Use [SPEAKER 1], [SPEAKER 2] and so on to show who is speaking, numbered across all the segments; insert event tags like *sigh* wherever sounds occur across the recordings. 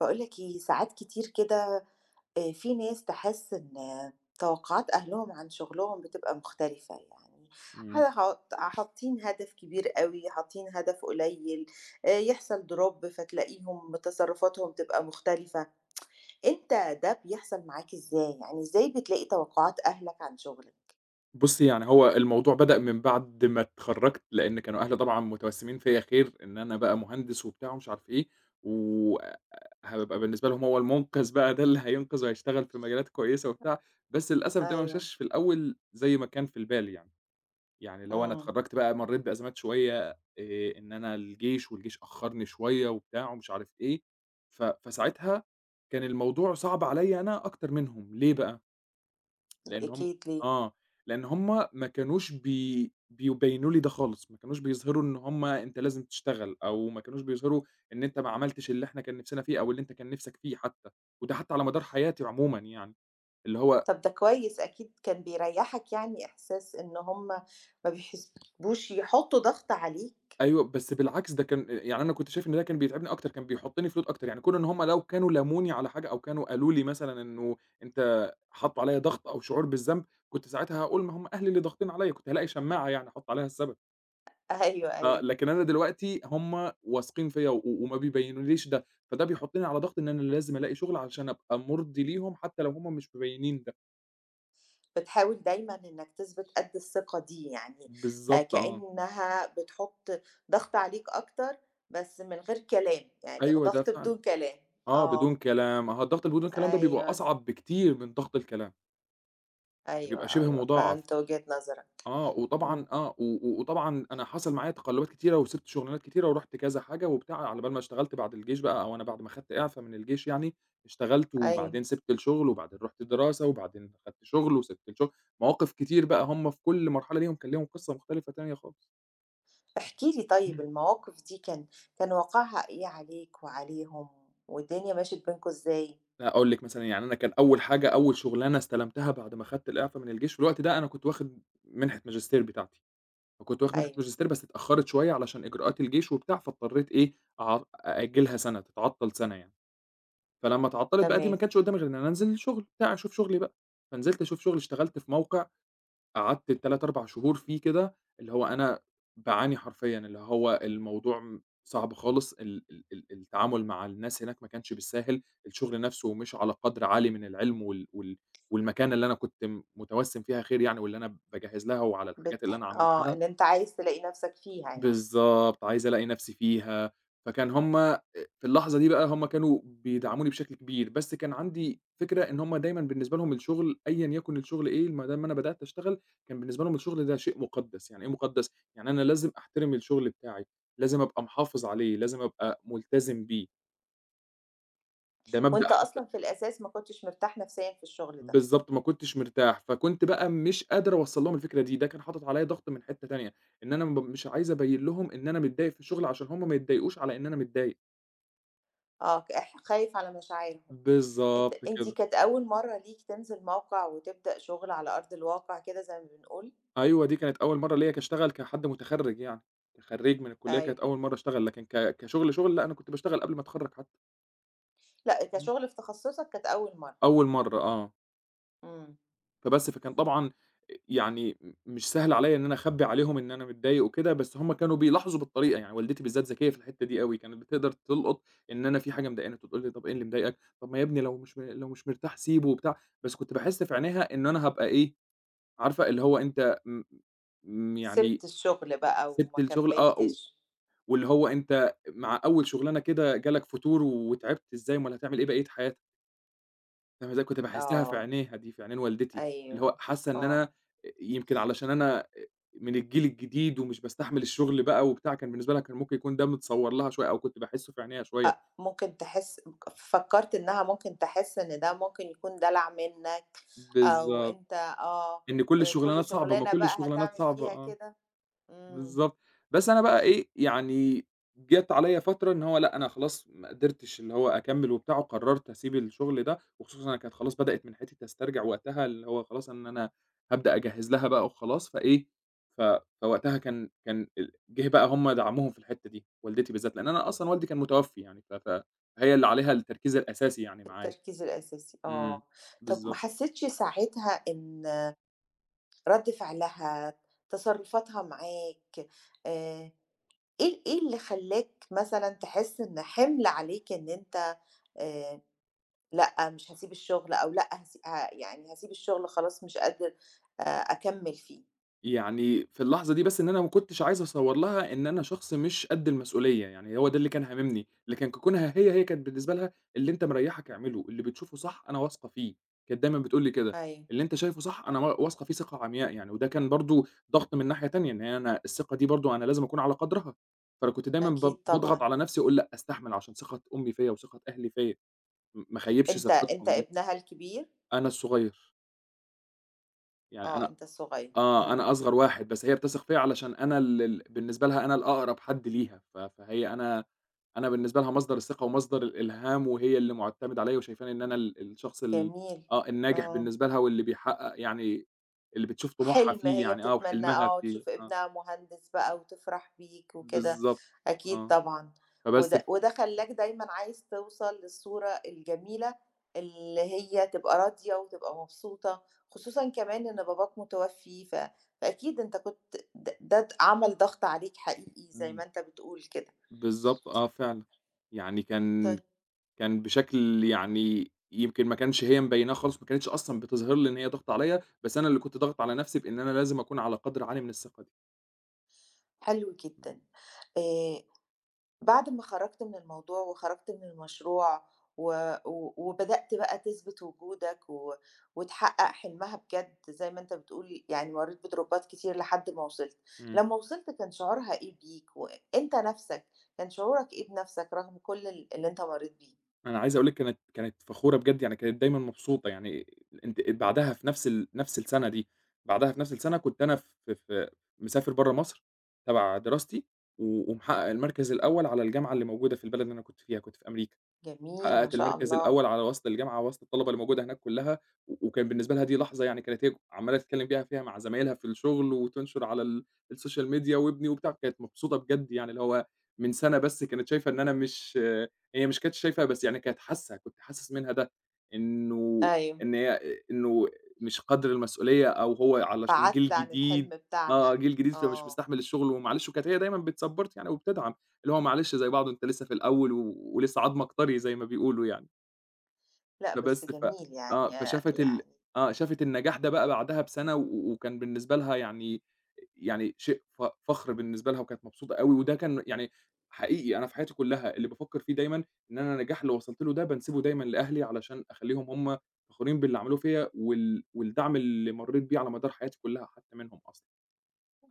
[SPEAKER 1] باقول لك إيه، ساعات كتير كده في ناس تحس إن آه، توقعات أهلهم عن شغلهم بتبقى مختلفة، يعني ح
[SPEAKER 2] إمم.
[SPEAKER 1] حاط حاطين هدف كبير أوي، حاطين هدف قليل، يحصل drop فتلاقيهم تصرفاتهم تبقى مختلفة، أنت ده بيحصل معاك إزاي؟ يعني إزاي بتلاقي توقعات أهلك عن شغلك؟
[SPEAKER 2] بُصّي، يعني هو الموضوع بدأ من بعد ما اتخرّجت، لإن كانوا أهلي طبعًا متوسّمين فيّا خير، إن أنا بقى مهندس وبتاع ومش عارف إيه، وأ هابقى بالنسبة لهم هو المُنقِذ بقى ده اللي هينقِذ وهيشتغل في مجالات كويسة وبتاع، بس للأسف ده ما
[SPEAKER 1] أيوه،
[SPEAKER 2] مشاش في الأول زي ما كان في البال يعني. يعني اللي هو أنا
[SPEAKER 1] إمم،
[SPEAKER 2] اتخرّجت بقى مرّيت بأزمات شوية. إن أنا الجيش أخّرني شوية وبتاع ومش عارف إيه، ف فساعتها كان الموضوع صعب عليّا أنا أكتر منهم، ليه بقى؟ لإن هم
[SPEAKER 1] أكيد ليه؟
[SPEAKER 2] آه، لإن هم ما كانوش بيبيّنوا لي ده خالص، ما كانوش بيظهروا إن هم أنت لازم تشتغل، أو ما كانوش بيظهروا إن أنت ما عملتش اللي إحنا كان نِفْسنا فيه، أو اللي أنت كان نِفْسك فيه حتى، وده حتى على مدار حياتي عمومًا يعني، اللي هو
[SPEAKER 1] طب ده كويس أكيد كان بيريحك يعني إحساس إن هُم ما بيحسبوش يحطّوا ضغط عليك.
[SPEAKER 2] أيوه، بس بالعكس ده كان يعني أنا كنت شايف إن ده كان بيتعبني أكتر، كان بيحطّني في load أكتر، يعني كون إن هم لو كانوا لاموني على حاجة، أو كانوا قالوا لي مثلًا إنه أنت حطّوا عليَّ ضغط أو شعور بالذنب، كنت ساعتها هاقول ما هم أهلي اللي ضاغطين عليَّ، كنت هالاقي شماعة يعني أحُط عليها السبب.
[SPEAKER 1] أيوه،
[SPEAKER 2] آه،
[SPEAKER 1] أيوه.
[SPEAKER 2] لكن أنا دلوقتي هم واثقين فيّا و وما بيبيّنوليش ده، فده بيحطّني على ضغط إن أنا لازم ألاقي شغل علشان أبقى مُرضي ليهم حتى لو هم مش مبيّنين ده.
[SPEAKER 1] بتحاول دايمًا إنك تثبت قد الثقة دي، يعني
[SPEAKER 2] بالضبط، آه.
[SPEAKER 1] كأنها بتحُط ضغط عليك أكتر، بس من غير كلام، يعني
[SPEAKER 2] أيوه ده
[SPEAKER 1] ضغط
[SPEAKER 2] فعلًا،
[SPEAKER 1] بدون كلام.
[SPEAKER 2] آه، بدون
[SPEAKER 1] آه،
[SPEAKER 2] كلام، أها الضغط اللي بدون كلام ده بيبقى
[SPEAKER 1] أيوه،
[SPEAKER 2] أصعب بكتير من ضغط الكلام، يعني بيبقى
[SPEAKER 1] أيوه،
[SPEAKER 2] شِبه
[SPEAKER 1] أيوه،
[SPEAKER 2] مُضاعف.
[SPEAKER 1] فهمت وجهة نظرك،
[SPEAKER 2] آه، وطبعًا
[SPEAKER 1] إمم،
[SPEAKER 2] آه، و و وطبعًا أنا حصل معايا تقلُّبات كتيرة وسِبت شُغلانات كتيرة ورُحت كذا حاجة وبتاع، على بال ما اشتغلت بعد الجيش بقى أو أنا بعد ما خدت إعفا من الجيش يعني، اشتغلت
[SPEAKER 1] أيوه.
[SPEAKER 2] وبعدين سِبت الشُغل وبعدين رُحت دراسة وبعدين خدت شُغل وسِبت الشُغل، مواقف كتير بقى هم في كل مرحلة كان ليهم قِصّة مختلفة تانية خالص.
[SPEAKER 1] احكِ لي طيب
[SPEAKER 2] إمم.
[SPEAKER 1] المواقف دي كان واقعها إيه عليك وعليهم، والدنيا مشيت بينكم إزاي؟
[SPEAKER 2] أقول لِك مثلًا يعني أنا كان أول حاجة، أول شُغلانة استلمتها بعد ما خدت الإعفا من الجيش، في الوقت ده أنا كنت واخد مِنحة ماجستير بتاعتي. فكنت واخد منحة
[SPEAKER 1] أيوه،
[SPEAKER 2] ماجستير بس اتأخرت شوية علشان إجراءات الجيش وبتاع، فاضطريت إيه أع أأجلها سنة، تتعطل سنة يعني، فلما اتعطلت بقى دي ما
[SPEAKER 1] تمام،
[SPEAKER 2] كانش قدامي غير إن أنا أنزل شغل بتاع، أشوف شغلي بقى، فنزلت أشوف شغل، اشتغلت في موقع قعدت 3، 4 شهور فيه كده، اللي هو أنا باعاني حرفيًا، اللي هو الموضوع صعب خالص، ال ال ال التعامل مع الناس هناك ما كانش بالساهل، الشغل نفسه مش على قدر عالي من العلم والمكانة اللي أنا كنت متوسم فيها خير يعني واللي أنا باجهز لها وعلى الحاجات اللي أنا
[SPEAKER 1] آه،
[SPEAKER 2] عملتها.
[SPEAKER 1] اللي أنت عايز تلاقي نَفْسك فيها يعني،
[SPEAKER 2] بالضبط، عايز ألاقي نَفْسي فيها، فكان هُم في اللحظة دي بقى هُم كانوا بيدعموني بشكل كبير، بس كان عندي فكرة إن هُم دايمًا بالنسبة لهم الشغل أيًا يكن الشغل إيه، ما دام أنا بدأت أشتغل كان بالنسبة لهم الشغل ده شيء مُقدّس، يعني إيه مُقدّس؟ يعني أنا لازم أحترم الشغل بتاعي، لازم أبقى محافظ عليه، لازم أبقى ملتزم بيه، ده مبدأ
[SPEAKER 1] وأنت
[SPEAKER 2] حتى.
[SPEAKER 1] أصلًا في الأساس ما كنتش مرتاح نفسيًا في الشغل ده.
[SPEAKER 2] بالضبط، ما كنتش مرتاح، فكنت بقى مش قادر أوصّل لهم الفكرة دي، ده كان حاطط عليّا ضغط من حتّة تانية، إن أنا مش عايز أبيّن لهم إن أنا متضايق في الشغل عشان هُم ما يتضايقوش على إن أنا متضايق.
[SPEAKER 1] آه، ك ح خايف على مشاعرهم. أنت
[SPEAKER 2] بالضبط
[SPEAKER 1] أنتِ
[SPEAKER 2] كده،
[SPEAKER 1] كانت أول مرّة ليكِ تنزل موقع وتبدأ شغل على أرض الواقع كده زي ما بنقول؟
[SPEAKER 2] أيوه دي كانت أول مرّة ليّا أشتغل كحد متخرّج يعني، كخرّيج من الكلية كانت
[SPEAKER 1] أيوه.
[SPEAKER 2] أول مرّة أشتغل، لكن كشغل، شغل لأ أنا كنت باشتغل قبل ما أتخرّج حتى،
[SPEAKER 1] لأ،
[SPEAKER 2] إمم.
[SPEAKER 1] كشغل في تخصصك كانت أول مرّة.
[SPEAKER 2] أول مرّة، آه.
[SPEAKER 1] إمم.
[SPEAKER 2] فبس فكان طبعًا، يعني مش سهل عليّا إن أنا أخبّي عليهم إن أنا متضايق وكده، بس هُم كانوا بيلاحظوا بالطريقة، يعني والدتي بالذات ذكية في الحتّة دي أوي، كانت بتقدر تلقط إن أنا في حاجة مضايقاني، فتقول لي: "طَب إيه اللي مضايقك؟ طَب ما يا ابني لو مش مرتاح سيبه." وبتاع، بس كنت باحس في عينيها إن أنا هابقى إيه، عارفة اللي هو أنت م م يعني
[SPEAKER 1] سِبت الشغل بقى
[SPEAKER 2] سِبت
[SPEAKER 1] وما
[SPEAKER 2] الشغل، آه. و
[SPEAKER 1] كمّلتش.
[SPEAKER 2] واللي هو أنت مع أول شغلانة كده جالك فتور واتعبت إزاي، أُمّال هتعمل إيه بقية حياتك، فاهم إزاي، كنت باحسّها في
[SPEAKER 1] آه.
[SPEAKER 2] عينيها دي، في عينين والدتي، اللي
[SPEAKER 1] أيوه،
[SPEAKER 2] هو حاسّة إن
[SPEAKER 1] آه.
[SPEAKER 2] أنا يمكن علشان أنا من الجيل الجديد ومش باستحمل الشغل بقى وبتاع، كان بالنسبة لها كان ممكن يكون ده متصوّر لها شوية أو كنت باحسّه في عينيها شوية،
[SPEAKER 1] ممكن تحس فكّرت إنّها ممكن تحس إن ده ممكن يكون دلع منّك أو
[SPEAKER 2] بالضبط،
[SPEAKER 1] أنت آه.
[SPEAKER 2] إن كل الشغلانات
[SPEAKER 1] كل
[SPEAKER 2] صعبة، ما
[SPEAKER 1] شغلانة
[SPEAKER 2] كل
[SPEAKER 1] بقى
[SPEAKER 2] الشغلانات
[SPEAKER 1] هتعمل
[SPEAKER 2] صعبة،
[SPEAKER 1] فيها
[SPEAKER 2] آه.
[SPEAKER 1] كده؟ إمم.
[SPEAKER 2] بالضبط. بس أنا بقى إيه، يعني جات عليّا فترة إن هو لأ، أنا خلاص ما قدرتش اللي هو أكمّل وبتاع وقررت أسيب الشغل ده، وخصوصًا أنا كانت خلاص بدأت من حتّة أسترجع وقتها، اللي هو خلاص إن أنا هابدأ أجهّز لها بقى وخلاص، فإيه، ف فوقتها كان جِه بقى هم دعمهم في الحتّة دي، والدتي بالذات، لإن أنا أصلًا والدي كان متوفّي يعني، ف ف فهي اللي عليها التركيز الأساسي يعني معايا.
[SPEAKER 1] التركيز الأساسي
[SPEAKER 2] إمم،
[SPEAKER 1] آه. طب ما
[SPEAKER 2] بالضبط.
[SPEAKER 1] حسّيتش ساعتها إن رَد فعلها، تصرُّفاتها معاك، آآ إيه اللي خلّاك مثلًا تحس إن حِمل عليك إن أنت آآ لأ، مش هاسيب الشغل أو لأ هاس ه يعني هاسيب الشغل خلاص مش قادر أكمّل فيه؟
[SPEAKER 2] يعني في اللحظة دي بس إن أنا ما كنتش عايز أصوّر لها إن أنا شخص مش قد المسؤولية، يعني هو ده اللي كان هاممني، لكن ككونها هي، هي كانت بالنسبة لها اللي أنت مريّحك اعمله، اللي بتشوفه صح أنا واثقة فيه، كانت دايمًا بتقول لي كده،
[SPEAKER 1] أيوه،
[SPEAKER 2] اللي أنت شايفه صح أنا واثقة فيه ثقة عمياء يعني، وده كان برضه ضغط من ناحية تانية، إن هي أنا الثقة دي برضه أنا لازم أكون على قدرها، فأنا كنت دايمًا
[SPEAKER 1] أكيد
[SPEAKER 2] باضغط
[SPEAKER 1] طبعًا.
[SPEAKER 2] على نفسي أقول لأ أستحمل عشان ثقة أمي فيّا وثقة أهلي فيّا، ما اخيبش
[SPEAKER 1] أنت
[SPEAKER 2] ثقتهم دي،
[SPEAKER 1] ابنها الكبير؟
[SPEAKER 2] أنا الصغير، يعني
[SPEAKER 1] آه،
[SPEAKER 2] أنا،
[SPEAKER 1] أنت الصغير.
[SPEAKER 2] آه.
[SPEAKER 1] إمم،
[SPEAKER 2] أنا أصغر واحد، بس هي بتثق فيّا علشان أنا ال ال بالنسبة لها أنا الأقرب حد ليها، ف فهي أنا بالنسبة لها مصدر الثقة ومصدر الإلهام، وهي اللي مُعتمدة عليَّ وشايفاني إن أنا ال الشخص ال
[SPEAKER 1] جميل.
[SPEAKER 2] آه، الناجح
[SPEAKER 1] آه.
[SPEAKER 2] بالنسبة لها واللي بيحقق يعني اللي بتشوف طموحها
[SPEAKER 1] حلم
[SPEAKER 2] فيه
[SPEAKER 1] هي
[SPEAKER 2] يعني، آه.
[SPEAKER 1] بتتمناه
[SPEAKER 2] وحلمها
[SPEAKER 1] آه،
[SPEAKER 2] فيه،
[SPEAKER 1] تشوف
[SPEAKER 2] آه.
[SPEAKER 1] ابنها مهندس بقى وتفرح بيك وكده،
[SPEAKER 2] بالضبط،
[SPEAKER 1] أكيد
[SPEAKER 2] آه.
[SPEAKER 1] طبعًا،
[SPEAKER 2] فبس ف
[SPEAKER 1] وده خلّاك دايمًا عايز توصل للصورة الجميلة اللي هي تبقى راضية وتبقى مبسوطة، خصوصًا كمان إن باباك متوفي، ف فأكيد أنت كنت د ده د عمل ضغط عليك حقيقي زي
[SPEAKER 2] إمم،
[SPEAKER 1] ما أنت بتقول كده.
[SPEAKER 2] بالضبط، آه فعلًا، يعني كان
[SPEAKER 1] طيب
[SPEAKER 2] كان بشكل يعني يمكن ما كانش هي مبيناه خالص، ما كانتش أصلًا بتظهر لي إن هي ضغط عليَّ، بس أنا اللي كنت ضاغط على نفسي بإن أنا لازم أكون على قدر عالي من الثقة دي.
[SPEAKER 1] حلو جدًا. آآ بعد ما خرجت من الموضوع وخرجت من المشروع و و وبدأت بقى تثبت وجودك و وتحقق حلمها بجد زي ما أنت بتقول يعني مرّيت بدروبات كتير لحد ما وصلت.
[SPEAKER 2] إمم.
[SPEAKER 1] لمّا وصلت كان شعورها إيه بيك وأنت نَفْسك، كان شعورك إيه بنَفْسك رغم كل اللي أنت مرّيت بيه؟
[SPEAKER 2] أنا عايز أقول لك كانت فخورة بجد، يعني كانت دايمًا مبسوطة، يعني أنتِ بعدها في نفس السنة دي، بعدها في نفس السنة كنت أنا في مسافر برّه مصر تبع دراستي، و ومحقق المركز الأول على الجامعة اللي موجودة في البلد اللي أنا كنت فيها، كنت في أمريكا.
[SPEAKER 1] جميل ما
[SPEAKER 2] حققت
[SPEAKER 1] شاء
[SPEAKER 2] المركز
[SPEAKER 1] الله،
[SPEAKER 2] الأول على وسط الجامعة، وسط الطلبة اللي موجودة هناك كلّها، و وكان بالنسبة لها دي لحظة يعني كانت هي عمّالة تتكلّم بيها فيها مع زمايلها في الشغل، وتنشر على السوشيال ميديا وابني وبتاع، كانت مبسوطة بجد يعني اللي هو من سَنة بس كانت شايفة إن أنا مش، هي مش كانتش شايفة بس يعني كانت حاسة، كنت حاسس منها ده، إنه،
[SPEAKER 1] أيوه.
[SPEAKER 2] إن هي إنه مش قدْر المسؤولية أو هو علشان جيل
[SPEAKER 1] بعدت عن الحلم
[SPEAKER 2] جديد،
[SPEAKER 1] بتاعها،
[SPEAKER 2] فمش
[SPEAKER 1] آه.
[SPEAKER 2] مستحمل الشغل ومعلش، وكانت هي دايمًا بتsupport يعني وبتدعم. اللي هو معلش زي بعضه أنت لسه في الأول و ولسه عضمك طري زي ما بيقولوا يعني،
[SPEAKER 1] لأ بس
[SPEAKER 2] فبس ف
[SPEAKER 1] جميل يعني
[SPEAKER 2] آه، فشافت ال
[SPEAKER 1] يعني
[SPEAKER 2] آه، شافت النجاح ده بقى بعدها بسنة و وكان بالنسبة لها يعني، يعني شيء فخر بالنسبة لها وكانت مبسوطة أوي، وده كان يعني حقيقي أنا في حياتي كلّها اللي بافكّر فيه دايمًا إن أنا النجاح اللي وصلت له ده بانسبه دايمًا لأهلي علشان أخلّيهم هم فخورين باللي عملوه فيّا والدعم اللي مرّيت بيه على مدار حياتي كلّها حتى منهم أصلًا.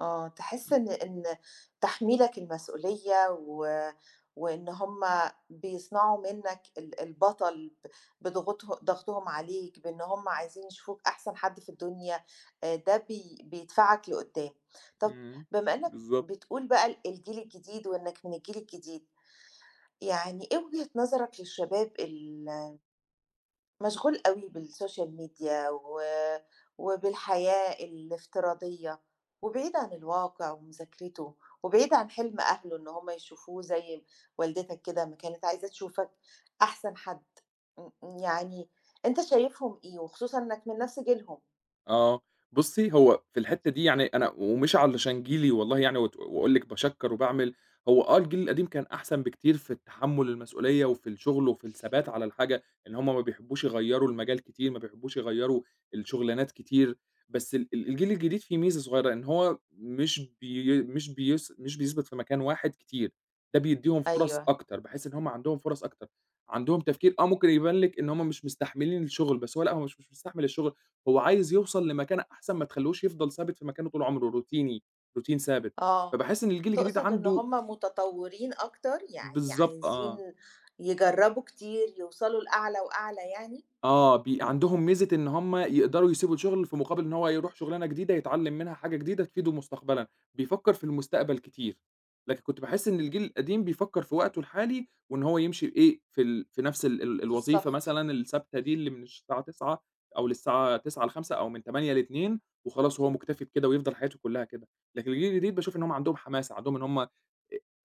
[SPEAKER 1] آه، تحس إن تحميلك المسؤولية و وإن هم بيصنعوا منك البطل بضغطه ضغطهم عليك، بإن هم عايزين يشوفوك أحسن حد في الدنيا، ده بيدفعك لقدّام. طب
[SPEAKER 2] إمم،
[SPEAKER 1] بما إنّك
[SPEAKER 2] بالضبط،
[SPEAKER 1] بتقول بقى الجيل الجديد وإنّك من الجيل الجديد، يعني إيه وجهة نظرك للشباب مشغول أوي بالسوشيال ميديا و وبالحياة الافتراضية، وبعيد عن الواقع ومذاكرته، وبعيد عن حلم أهله إن هم يشوفوه زي والدتك كده ما كانت عايزة تشوفك أحسن حد، م م يعني أنت شايفهم إيه؟ وخصوصًا إنك من نفس جيلهم.
[SPEAKER 2] آه. بُصّي، هو في الحتّة دي يعني أنا ومش علشان جيلي والله يعني وأقول لِك باشكّر وباعمل، هو، الجيل القديم كان أحسن بكتير في التحمُّل المسؤولية وفي الشغل وفي الثبات على الحاجة، إن هم ما بيحبّوش يغيّروا المجال كتير، ما بيحبّوش يغيّروا الشغلانات كتير، بس ال ال الجيل الجديد فيه ميزة صغيّرة، إن هو مش بيثبت في مكان واحد كتير، ده بيدّيهم فرص
[SPEAKER 1] أيوه.
[SPEAKER 2] أكتر، باحس إن هم عندهم فرص أكتر، عندهم تفكير، ممكن يبان لِك إن هم مش مستحملين الشغل، بس هو لأ، هو مش مستحمل الشغل، هو عايز يوصل لمكانة أحسن، ما تخلّوهوش يفضل ثابت في مكانه طول عمره، روتين ثابت،
[SPEAKER 1] آه،
[SPEAKER 2] فباحس إن الجيل الجديد
[SPEAKER 1] تقصد إن
[SPEAKER 2] عنده.
[SPEAKER 1] هم متطورين أكتر، يعني
[SPEAKER 2] بالضبط، آه.
[SPEAKER 1] عايزين يجربوا كتير، يوصلوا لأعلى وأعلى يعني
[SPEAKER 2] آه، بي عندهم ميزة إن هم يقدروا يسيبوا الشغل في مقابل إن هو يروح شغلانة جديدة يتعلم منها حاجة جديدة تفيده مستقبلًا، بيفكّر في المستقبل كتير، لكن كنت باحس إن الجيل القديم بيفكّر في وقته الحالي وإن هو يمشي إيه، في نفس ال ال
[SPEAKER 1] في
[SPEAKER 2] الوظيفة
[SPEAKER 1] الصف؟
[SPEAKER 2] مثلًا الثابتة دي اللي من الساعة 09:00 أو للساعة 09:00 ل17:00 أو من 08:00 ل14:00 وخلاص وهو مُكتفي بكده ويفضل حياته كلّها كده، لكن الجيل الجديد باشوف إن هم عندهم حماسة، عندهم إن هم أ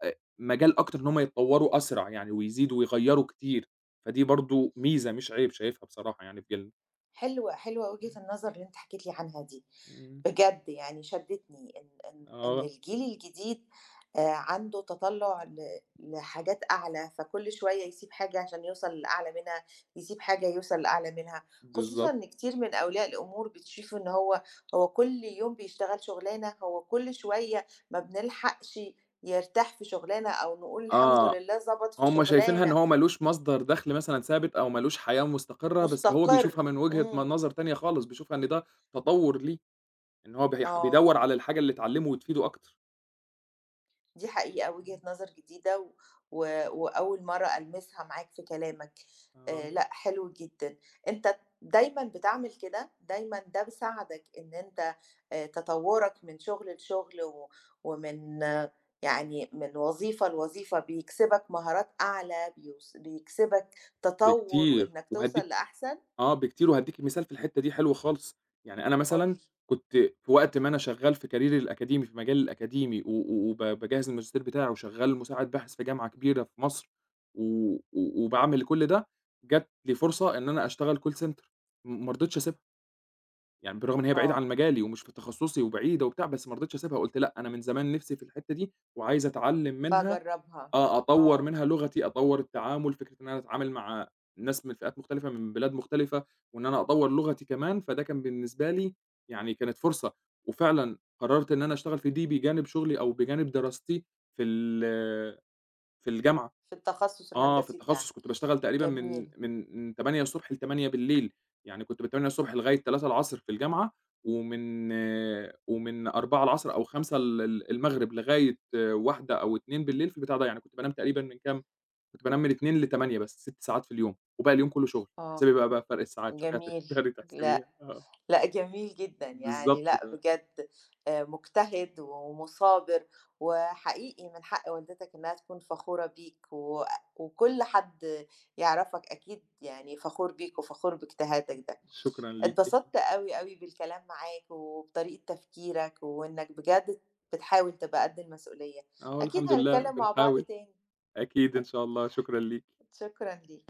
[SPEAKER 2] أ مجال أكتر إن هم يتطوّروا أسرع يعني ويزيدوا ويغيّروا كتير. فدي برضه ميزة مش عيب شايفها بصراحة يعني في جيلنا.
[SPEAKER 1] حلوة، حلوة وجهة
[SPEAKER 2] إمم،
[SPEAKER 1] النظر اللي أنت حكيت لي عنها دي،
[SPEAKER 2] إمم.
[SPEAKER 1] بجد يعني شدّتني إن
[SPEAKER 2] آه،
[SPEAKER 1] الجيل الجديد عنده تطلُّع لحاجات أعلى، فكل شوية يسيب حاجة عشان يوصل لأعلى منها، يسيب حاجة يوصل لأعلى منها، خصوصًا
[SPEAKER 2] بالضبط،
[SPEAKER 1] إن كتير من أولياء الأمور بتشوف إن هو هو كل يوم بيشتغل شُغلانة، هو كل شوية ما بنلحقش يرتاح في شُغلانة أو نقول الحمد
[SPEAKER 2] آه.
[SPEAKER 1] لله ضبط في
[SPEAKER 2] هُم شايفينها إن
[SPEAKER 1] شُغلانة،
[SPEAKER 2] هو ما لوش مصدر دخل مثلًا ثابت أو ما لوش حياة مستقرة، بس هو بيشوفها
[SPEAKER 1] مستقر،
[SPEAKER 2] من وجهة
[SPEAKER 1] إمم،
[SPEAKER 2] نظر تانية خالص، بيشوفها إن ده تطوّر ليه، إن هو
[SPEAKER 1] آه.
[SPEAKER 2] بيدوّر على الحاجة اللي اتعلمه وتفيده أكتر.
[SPEAKER 1] دي حقيقة،
[SPEAKER 2] إمم.
[SPEAKER 1] وجهة نظر جديدة و و وأول مرّة ألمسها معاك في كلامك.
[SPEAKER 2] آه،
[SPEAKER 1] لأ، حلو جدًا. أنت دايمًا بتعمل كده؟ دايمًا ده بيساعدك إن أنت تطوُّرك من شغل لشغل و ومن آه يعني من وظيفة لوظيفة بيكسبك مهارات أعلى، بيكسبك تطوُّر
[SPEAKER 2] بكتير.
[SPEAKER 1] وإنّك توصل
[SPEAKER 2] وهادّيك
[SPEAKER 1] لأحسن؟
[SPEAKER 2] آه بكتير، وهادّيكِ مثال في الحتّة دي حلو خالص، يعني أنا
[SPEAKER 1] قُل
[SPEAKER 2] مثلًا
[SPEAKER 1] لي.
[SPEAKER 2] كنت في وقت ما أنا شغّال في كاريري الأكاديمي، في مجالي الأكاديمي و باجهّز الماجستير بتاعي وشغّال مساعد باحث في جامعة كبيرة في مصر و و وباعمل كل ده، جات لي فرصة إن أنا أشتغل call center، ما رضيتش أسيبها، يعني بالرغم إن هي بعيدة عن
[SPEAKER 1] آه،
[SPEAKER 2] مجالي ومش في تخصُّصي وبعيدة وبتاع، بس ما رضيتش أسيبها، قُلت لأ، أنا من زمان نِفْسي في الحتّة دي وعايز أتعلِّم منها،
[SPEAKER 1] فجرّبها.
[SPEAKER 2] أطوّر
[SPEAKER 1] آه،
[SPEAKER 2] منها لغتي، أطوّر التعامل، فكرة إن أنا أتعامل مع ناس من فئات مختلفة، من بلاد مختلفة، وإن أنا أطوّر لغتي كمان، فده كان بالنسبة لي يعني كانت فرصة، وفعلًا قررت إن أنا أشتغل في دي بجانب شغلي أو بجانب دراستي في ال في الجامعة.
[SPEAKER 1] في التخصُّص
[SPEAKER 2] آه، في
[SPEAKER 1] الهندسي بتاعك.
[SPEAKER 2] التخصُّص كنت باشتغل تقريبًا من
[SPEAKER 1] جميل،
[SPEAKER 2] من من 8:00 ص ل20:00، يعني كنت من 8:00 ص لغاية 15:00 في الجامعة، ومن 16:00 أو 17:00 ال ال المغرب لغاية 13:00 أو 14:00 في البتاع ده، يعني كنت بانام تقريبًا من كام، كنت بانام من 14:00 ل20:00 بس 6 ساعات في اليوم، وباقي اليوم كلّه شغل،
[SPEAKER 1] آه،
[SPEAKER 2] احسبي بقى فرق الساعات، شوفي
[SPEAKER 1] جميل.
[SPEAKER 2] هتقدري *laughs*
[SPEAKER 1] ل
[SPEAKER 2] تحسبيها، آه،
[SPEAKER 1] لأ جميل جدًا، يعني
[SPEAKER 2] بالضبط،
[SPEAKER 1] لأ بجد مجتهد ومُثابر، وحقيقي من حق والدتك إنها تكون فخورة بيك، و وكل حد يعرفك أكيد يعني فخور بيك وفخور باجتهادك ده.
[SPEAKER 2] شكرًا ليكِ،
[SPEAKER 1] اتبسطت أوي، أوي بالكلام معاك وبطريقة تفكيرك، وإنك بجد بتحاول تبقى قد المسؤولية.
[SPEAKER 2] آه،
[SPEAKER 1] أكيد
[SPEAKER 2] الحمد لله
[SPEAKER 1] هنتكلم مع بعض
[SPEAKER 2] بنحاول،
[SPEAKER 1] تاني،
[SPEAKER 2] أكيد إن شاء الله، شكرًا ليكِ.
[SPEAKER 1] شكرًا ليك.